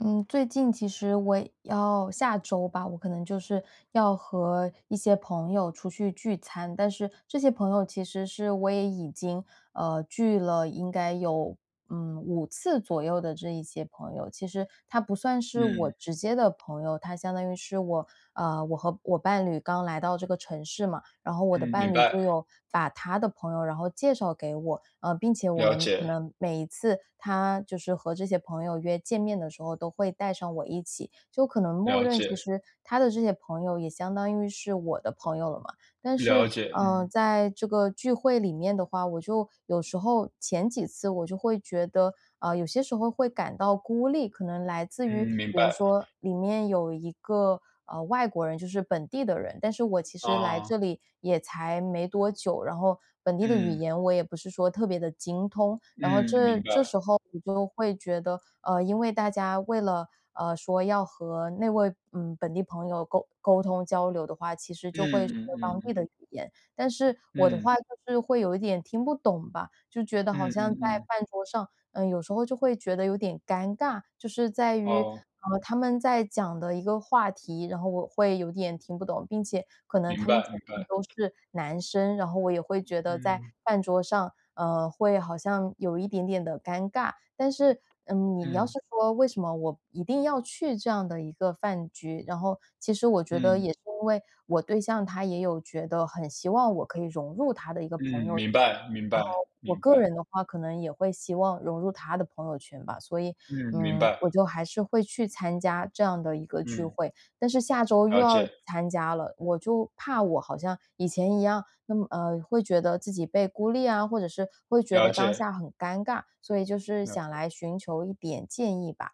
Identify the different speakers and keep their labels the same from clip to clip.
Speaker 1: 嗯，最近其实我要下周吧，我可能就是要和一些朋友出去聚餐，但是这些朋友其实是我也已经聚了，应该有5次左右的这一些朋友，其实他不算是我
Speaker 2: 嗯
Speaker 1: 直接的朋友，他相当于是我我和我伴侣刚来到这个城市嘛。然后我的
Speaker 2: 嗯，明
Speaker 1: 伴侣
Speaker 2: 白。
Speaker 1: 就有把他的朋友然后介绍给我，并且我
Speaker 2: 了
Speaker 1: 们可
Speaker 2: 解
Speaker 1: 能每一次他就是和这些朋友约见面的时候，都会带上我一起，就可能默
Speaker 2: 了
Speaker 1: 认其
Speaker 2: 解
Speaker 1: 实他的这些朋友也相当于是我的朋友了嘛。但是，
Speaker 2: 了解。嗯
Speaker 1: 在这个聚会里面的话，我就有时候前几次我就会觉得，有些时候会感到孤立，可能来自于
Speaker 2: 嗯，明
Speaker 1: 比如
Speaker 2: 白
Speaker 1: 说里面有一个外国人，就是本地的人，但是我其实来这
Speaker 2: 啊。
Speaker 1: 里也才没多久，然后本地的语
Speaker 2: 嗯
Speaker 1: 言我也不是说特别的精通，然后
Speaker 2: 嗯，
Speaker 1: 这
Speaker 2: 明白。
Speaker 1: 这时候我就会觉得，因为大家为了说要和那位本地朋友沟通交流的话，其实就会说
Speaker 2: 嗯嗯
Speaker 1: 当地
Speaker 2: 嗯
Speaker 1: 的语言。但是我的
Speaker 2: 嗯
Speaker 1: 话就是会有一点听不懂吧，就觉得好
Speaker 2: 嗯
Speaker 1: 像
Speaker 2: 嗯
Speaker 1: 在
Speaker 2: 嗯。
Speaker 1: 饭桌上有时候就会觉得有点尴尬，就是在于，
Speaker 2: 哦，
Speaker 1: 他们在讲的一个话题，然后我会有点听不懂，并且可能
Speaker 2: 明
Speaker 1: 他们
Speaker 2: 白
Speaker 1: 几
Speaker 2: 明
Speaker 1: 个
Speaker 2: 白。
Speaker 1: 都是男生，然后我也会觉得在
Speaker 2: 嗯
Speaker 1: 饭桌上，会好像有一点点的尴尬。但是，嗯，你要是
Speaker 2: 嗯
Speaker 1: 说为什么我一定要去这样的一个饭局，然后其实我觉得
Speaker 2: 嗯
Speaker 1: 也是因为我对象他也有觉得很希望我可以融入他的一个
Speaker 2: 嗯，
Speaker 1: 朋友圈。
Speaker 2: 明白明白
Speaker 1: 我
Speaker 2: 明
Speaker 1: 个
Speaker 2: 白。
Speaker 1: 人的话可能也会希望融入他的朋友圈吧，所以，
Speaker 2: 嗯，明
Speaker 1: 嗯，
Speaker 2: 白。
Speaker 1: 我就还是会去参加这样的一个聚
Speaker 2: 嗯，
Speaker 1: 会。但是下周又
Speaker 2: 了
Speaker 1: 要
Speaker 2: 解
Speaker 1: 参加了，我就怕我好像以前一样，那么会觉得自己被孤立啊，或者是会觉
Speaker 2: 了
Speaker 1: 得当
Speaker 2: 解
Speaker 1: 下很尴尬，所以就是
Speaker 2: 了。
Speaker 1: 想来寻求一点建议吧。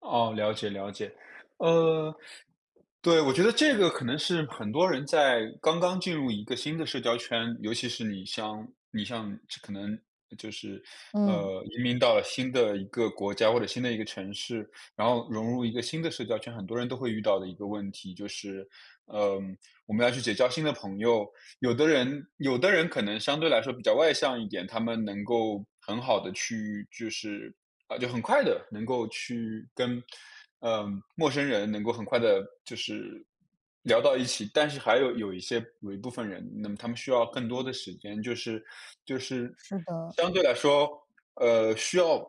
Speaker 2: 哦，了解了解。呃，对，我觉得这个可能是很多人在刚刚进入一个新的社交圈，尤其是你像可能就是，
Speaker 1: 嗯。
Speaker 2: 移民到了新的一个国家或者新的一个城市，然后融入一个新的社交圈，很多人都会遇到的一个问题，就是，嗯，我们要去结交新的朋友。有的人可能相对来说比较外向一点，他们能够很好的去就是啊，就很快的能够去跟，嗯呃陌生人能够很快的就是聊到一起。但是还有有一些有一部分人，那么他们需要更多的时间，就是就是
Speaker 1: 是的，
Speaker 2: 相对来说需要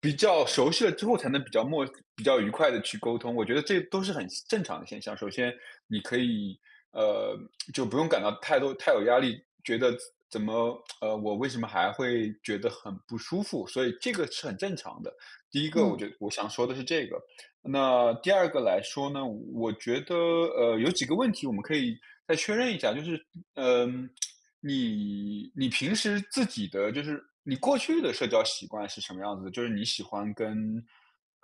Speaker 2: 比较熟悉了之后，才能比较愉快的去沟通。我觉得这都是很正常的现象。首先你可以，呃，就不用感到太多太有压力，觉得怎么，我为什么还会觉得很不舒服，所以这个是很正常的。第一个我
Speaker 1: 嗯。
Speaker 2: 觉得我想说的是这个。那第二个来说呢，我觉得，有几个问题我们可以再确认一下，就是嗯，你平时自己的就是你过去的社交习惯是什么样子的，就是你喜欢跟，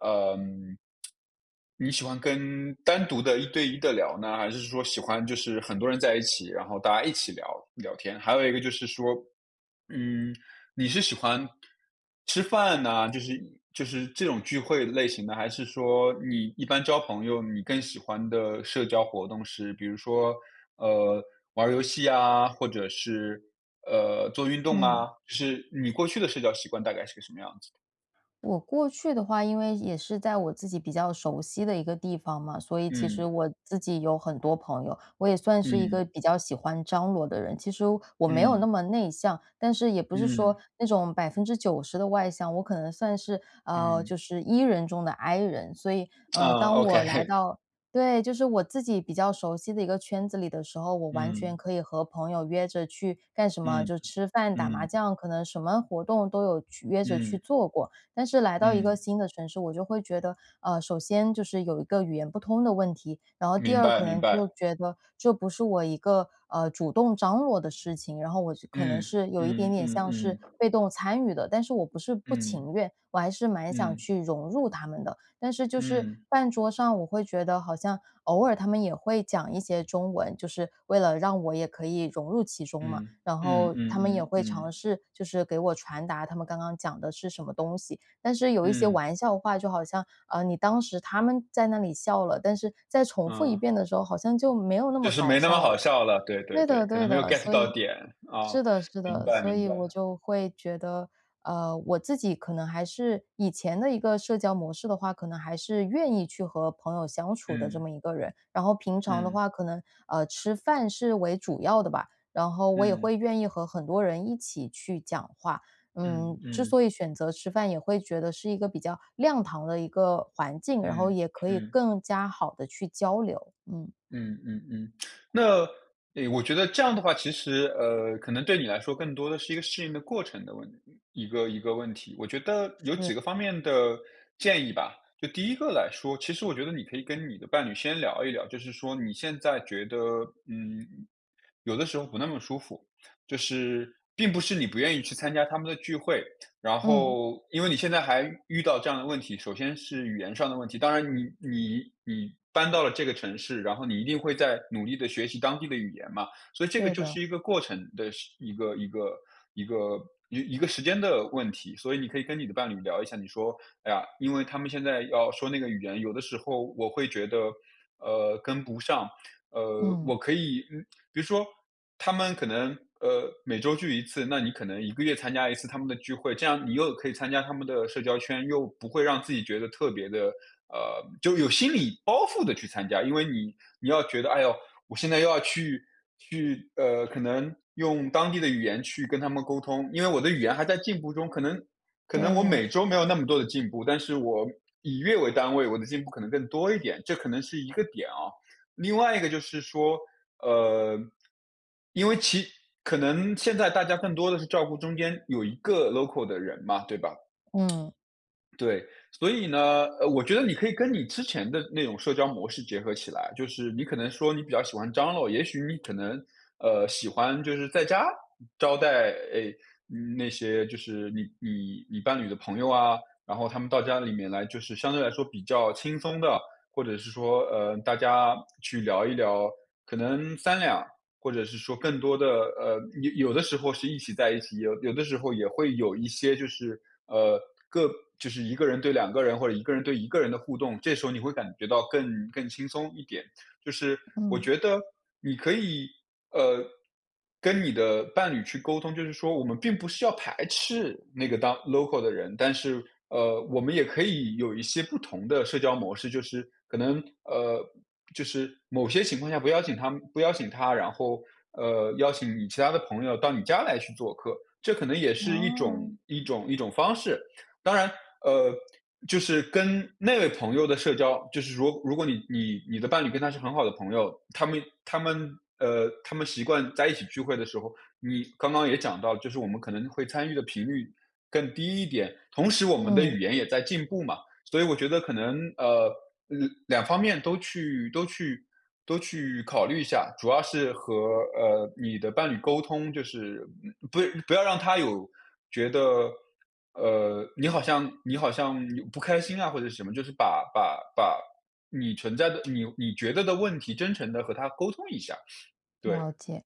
Speaker 2: 嗯，你喜欢跟单独的一对一的聊呢，还是说喜欢就是很多人在一起，然后大家一起聊聊天？还有一个就是说，嗯，你是喜欢吃饭呐，就是这种聚会类型的，还是说你一般交朋友，你更喜欢的社交活动是，比如说呃玩儿游戏啊，或者是做运动
Speaker 1: 嗯。
Speaker 2: 啊？就是你过去的社交习惯大概是个什么样子的。
Speaker 1: 我过去的话，因为也是在我自己比较熟悉的一个地方嘛，所以其实
Speaker 2: 嗯
Speaker 1: 我自己有很多朋友，我也算是一
Speaker 2: 嗯
Speaker 1: 个比较喜欢张罗的人。其实我没有那
Speaker 2: 嗯
Speaker 1: 么内向，但是也不是说
Speaker 2: 嗯
Speaker 1: 那种90%的外向，我可能算是
Speaker 2: 嗯。
Speaker 1: 就是 E 人中的 I 人。所以，嗯、
Speaker 2: 啊
Speaker 1: 当
Speaker 2: ，OK,
Speaker 1: 我来 到对，就是我自己比较熟悉的一个圈子里的时候，我完全
Speaker 2: 嗯，
Speaker 1: 可以和朋友约着去干什么，
Speaker 2: 嗯，
Speaker 1: 就吃饭、打麻
Speaker 2: 嗯，
Speaker 1: 将，可能什么活动都有去约着
Speaker 2: 嗯，
Speaker 1: 去做过。但是来到一个
Speaker 2: 嗯，
Speaker 1: 新的城市，我就会觉得，首先就是有一个语言不通的问题，然后第
Speaker 2: 明
Speaker 1: 二
Speaker 2: 白
Speaker 1: 可
Speaker 2: 明
Speaker 1: 能就
Speaker 2: 白。
Speaker 1: 觉得这不是我一个主动张罗的事情，然后我就可能
Speaker 2: 嗯，
Speaker 1: 是有一点
Speaker 2: 嗯
Speaker 1: 点
Speaker 2: 嗯
Speaker 1: 像是
Speaker 2: 嗯
Speaker 1: 被动参与的，但是我不是不
Speaker 2: 嗯
Speaker 1: 情愿，我还是蛮想
Speaker 2: 嗯
Speaker 1: 去融入他们的，但是就是
Speaker 2: 嗯
Speaker 1: 饭桌上，我会觉得好像偶尔他们也会讲一些中文，就是为了让我也可以融入其中嘛。
Speaker 2: 嗯
Speaker 1: 然
Speaker 2: 嗯
Speaker 1: 后
Speaker 2: 嗯
Speaker 1: 他们也
Speaker 2: 嗯
Speaker 1: 会
Speaker 2: 嗯
Speaker 1: 尝试，就是给我传达他们刚刚讲的是什么东西。但是有一些
Speaker 2: 嗯。
Speaker 1: 玩笑话，就好像，你当时他们在那里笑了，但是再重复一
Speaker 2: 啊，
Speaker 1: 遍的时候，好像就没有那
Speaker 2: 就
Speaker 1: 么
Speaker 2: 是
Speaker 1: 搞
Speaker 2: 没那么
Speaker 1: 笑
Speaker 2: 好
Speaker 1: 了。
Speaker 2: 笑了，对对
Speaker 1: 对
Speaker 2: 对，
Speaker 1: 的
Speaker 2: 可
Speaker 1: 对
Speaker 2: 能没有
Speaker 1: 的，
Speaker 2: get
Speaker 1: 所
Speaker 2: 到
Speaker 1: 以
Speaker 2: 点。啊，
Speaker 1: 是的是
Speaker 2: 明
Speaker 1: 的，
Speaker 2: 白
Speaker 1: 所
Speaker 2: 明
Speaker 1: 以我
Speaker 2: 白。
Speaker 1: 就会觉得，我自己可能还是以前的一个社交模式的话，可能还是愿意去和朋友相处的这
Speaker 2: 嗯
Speaker 1: 么一个人。然后平常的
Speaker 2: 嗯
Speaker 1: 话，可能吃饭是为主要的吧，然后我也
Speaker 2: 嗯
Speaker 1: 会愿意和很多人一起去讲话。
Speaker 2: 嗯
Speaker 1: 嗯，之
Speaker 2: 嗯
Speaker 1: 所以选择吃饭，也会觉得是一个比较亮堂的一个环境，然后
Speaker 2: 嗯
Speaker 1: 也可以
Speaker 2: 嗯。
Speaker 1: 更加好的去交流。嗯，
Speaker 2: 嗯嗯嗯。那诶，我觉得这样的话，其实可能对你来说更多的是一个适应的过程的问一个问题。我觉得有几
Speaker 1: 是，
Speaker 2: 个方面的建议吧。就第一个来说，其实我觉得你可以跟你的伴侣先聊一聊，就是说你现在觉得嗯，有的时候不那么舒服，就是并不是你不愿意去参加他们的聚会。然
Speaker 1: 嗯，
Speaker 2: 后，因为你现在还遇到这样的问题，首先是语言上的问题，当然你搬到了这个城市，然后你一定会在努力的学习当地的语言嘛，所以这个
Speaker 1: 对
Speaker 2: 就
Speaker 1: 的，
Speaker 2: 是一个过程的是一个一个时间的问题。所以你可以跟你的伴侣聊一下，你说："哎呀，因为他们现在要说那个语言，有的时候我会觉得，跟不上，
Speaker 1: 嗯。
Speaker 2: 我可以比如说他们可能每周聚一次，那你可能一个月参加一次他们的聚会，这样你又可以参加他们的社交圈，又不会让自己觉得特别的就有心理包袱的去参加，因为你你要觉得哎呦，我现在又要去可能用当地的语言去跟他们沟通，因为我的语言还在进步中，可能我
Speaker 1: 对，
Speaker 2: 每周没有那么多的进步，但是我以月为单位，我的进步可能更多一点，这可能是一个点啊。另外一个就是说，呃，因为可能现在大家更多的是照顾中间有一个 local 的人嘛，对吧？
Speaker 1: 嗯，
Speaker 2: 对，所以呢，我觉得你可以跟你之前的那种社交模式结合起来，就是你可能说你比较喜欢张罗，也许你可能喜欢就是在家招待诶、嗯那些就是你伴侣的朋友啊，然后他们到家里面来，就是相对来说比较轻松的，或者是说大家去聊一聊，可能三两或者是说更多的有的时候是一起在一起，有的时候也会有一些就是呃，个就是一个人对两个人或者一个人对一个人的互动，这时候你会感觉到更轻松一点。就是我
Speaker 1: 嗯，
Speaker 2: 觉得你可以呃，跟你的伴侣去沟通，就是说我们并不是要排斥那个当 local 的人，但是我们也可以有一些不同的社交模式，就是可能呃，就是某些情况下不邀请他们，不邀请他，然后邀请你其他的朋友到你家来去做客，这可能也是一种
Speaker 1: 哦，
Speaker 2: 一种一种方式。当然，呃，就是跟那位朋友的社交，就是如果你的伴侣跟他是很好的朋友，他们他们习惯在一起聚会的时候，你刚刚也讲到，就是我们可能会参与的频率更低一点，同时我们的语
Speaker 1: 嗯，
Speaker 2: 言也在进步嘛，所以我觉得可能嗯两方面都去考虑一下，主要是和你的伴侣沟通，就是嗯不要让他有觉得，你好像不开心啊，或者是什么，就是把你存在的你觉得的问题，真诚的和他沟通一下。对，
Speaker 1: 了解。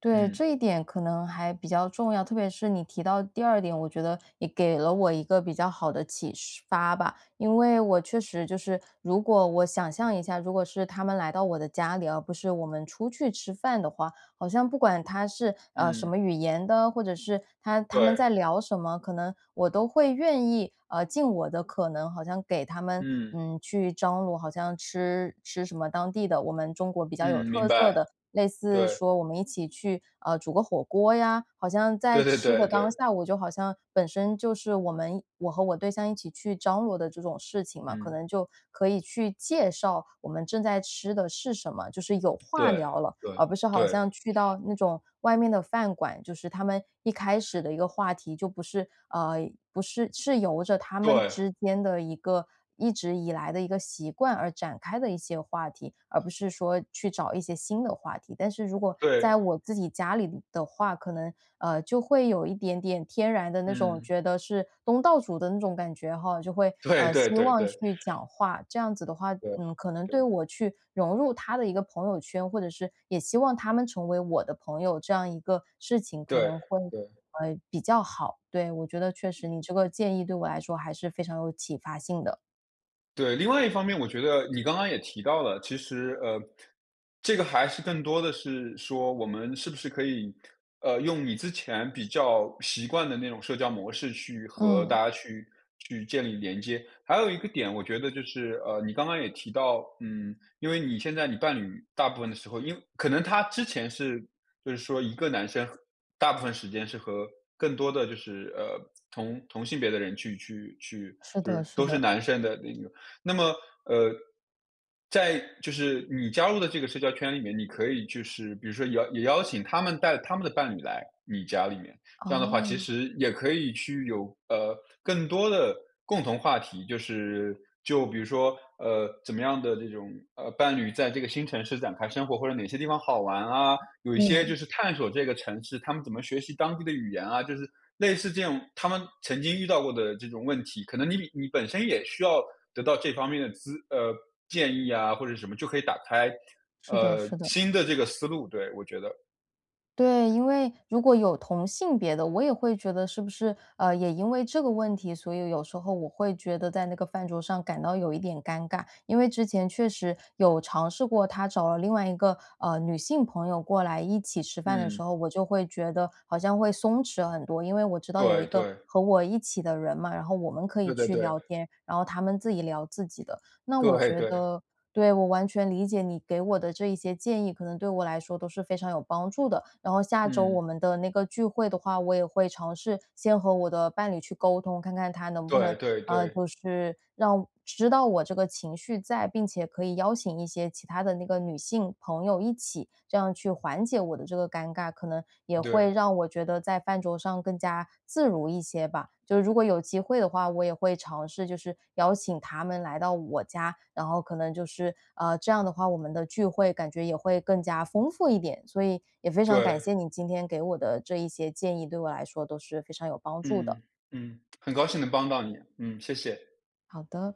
Speaker 1: 对，
Speaker 2: 嗯，
Speaker 1: 这一点可能还比较重要，特别是你提到第2点，我觉得也给了我一个比较好的启示发吧。因为我确实就是如果我想象一下，如果是他们来到我的家里，而不是我们出去吃饭的话，好像不管他是，什
Speaker 2: 嗯，
Speaker 1: 么语言的，或者是他们
Speaker 2: 对，
Speaker 1: 在聊什么，可能我都会愿意，尽我的可能，好像给他们，
Speaker 2: 嗯，
Speaker 1: 去张罗，好像吃什么当地的，我们中国比较有
Speaker 2: 嗯，明
Speaker 1: 特色
Speaker 2: 白，
Speaker 1: 的，类似
Speaker 2: 对，
Speaker 1: 说我们一起去，煮个火锅呀，好像在
Speaker 2: 对对
Speaker 1: 吃
Speaker 2: 对
Speaker 1: 的当
Speaker 2: 对，
Speaker 1: 下，我就好像本身就是我们我和我对象一起去张罗的这种事情嘛，可
Speaker 2: 嗯，
Speaker 1: 能就可以去介绍我们正在吃的是什么，就是有话
Speaker 2: 对，
Speaker 1: 聊了，
Speaker 2: 对，
Speaker 1: 而不是好
Speaker 2: 对，
Speaker 1: 像去到那种外面的饭馆，就是他们一开始的一个话题就不是不是是由着他们
Speaker 2: 对，
Speaker 1: 之间的一个一直以来的一个习惯而展开的一些话题，而不是说去找一些新的话题。但是如果
Speaker 2: 对，
Speaker 1: 在我自己家里的话，可能就会有一点点天然的那种
Speaker 2: 嗯，
Speaker 1: 觉得是东道主的那种感觉哈，就会
Speaker 2: 对对
Speaker 1: 希
Speaker 2: 对对
Speaker 1: 望
Speaker 2: 对，
Speaker 1: 去讲话。这样子的话，
Speaker 2: 对，
Speaker 1: 嗯，可能对
Speaker 2: 对，
Speaker 1: 我去融入他的一个朋友圈，或者是也希望他们成为我的朋友这样一个事情，可
Speaker 2: 对。
Speaker 1: 能会比较好。对我觉得确实你这个建议对我来说还是非常有启发性的。
Speaker 2: 对，另外一方面，我觉得你刚刚也提到了，其实，这个还是更多的是说，我们是不是可以，用你之前比较习惯的那种社交模式去和
Speaker 1: 嗯，
Speaker 2: 大家去建立连接。还有一个点，我觉得就是，你刚刚也提到，嗯，因为你现在你伴侣大部分的时候，因为可能他之前是就是说一个男生大部分时间是和更多的就是同性别的人去，
Speaker 1: 是
Speaker 2: 就
Speaker 1: 的
Speaker 2: 是
Speaker 1: 是
Speaker 2: 都是
Speaker 1: 的。
Speaker 2: 男生的那个。那么，呃，在就是你加入的这个社交圈里面，你可以就是比如说邀请他们带他们的伴侣来你家里面，这样的话其
Speaker 1: 哦，
Speaker 2: 实也可以去有更多的共同话题，就比如说怎么样的这种伴侣在这个新城市展开生活，或者哪些地方好玩啊，有一些就
Speaker 1: 嗯，
Speaker 2: 是探索这个城市，他们怎么学习当地的语言啊，就是类似这种他们曾经遇到过的这种问题，可能你本身也需要得到这方面的建议啊，或者什么，就可以打开
Speaker 1: 是的是的。
Speaker 2: 新的这个思路。对，我觉得，
Speaker 1: 对，因为如果有同性别的，我也会觉得是不是，也因为这个问题，所以有时候我会觉得在那个饭桌上感到有一点尴尬。因为之前确实有尝试过，他找了另外一个，女性朋友过来一起吃饭的时
Speaker 2: 嗯，
Speaker 1: 候，我就会觉得好像会松弛很多，因为我知道有
Speaker 2: 对
Speaker 1: 一个
Speaker 2: 对
Speaker 1: 和我一起的人嘛，然后我们可以
Speaker 2: 对对
Speaker 1: 去
Speaker 2: 对
Speaker 1: 聊天，然后他们自己聊自己的。那我
Speaker 2: 对
Speaker 1: 觉
Speaker 2: 对，
Speaker 1: 得对，我完全理解你给我的这一些建议，可能对我来说都是非常有帮助的。然后下周我
Speaker 2: 嗯，
Speaker 1: 们的那个聚会的话，我也会尝试先和我的伴侣去沟通，看看他能不
Speaker 2: 对
Speaker 1: 能
Speaker 2: 对对
Speaker 1: 就是让知道我这个情绪在，并且可以邀请一些其他的那个女性朋友一起，这样去缓解我的这个尴尬，可能也
Speaker 2: 对
Speaker 1: 会让我觉得在饭桌上更加自如一些吧。就是如果有机会的话，我也会尝试就是邀请他们来到我家，然后可能就是这样的话，我们的聚会感觉也会更加丰富一点。所以也非常感
Speaker 2: 对，
Speaker 1: 谢你今天给我的这一些建议，对我来说都是非常有帮助的。
Speaker 2: 嗯嗯，很高兴能帮到你，嗯，谢谢。
Speaker 1: 好的。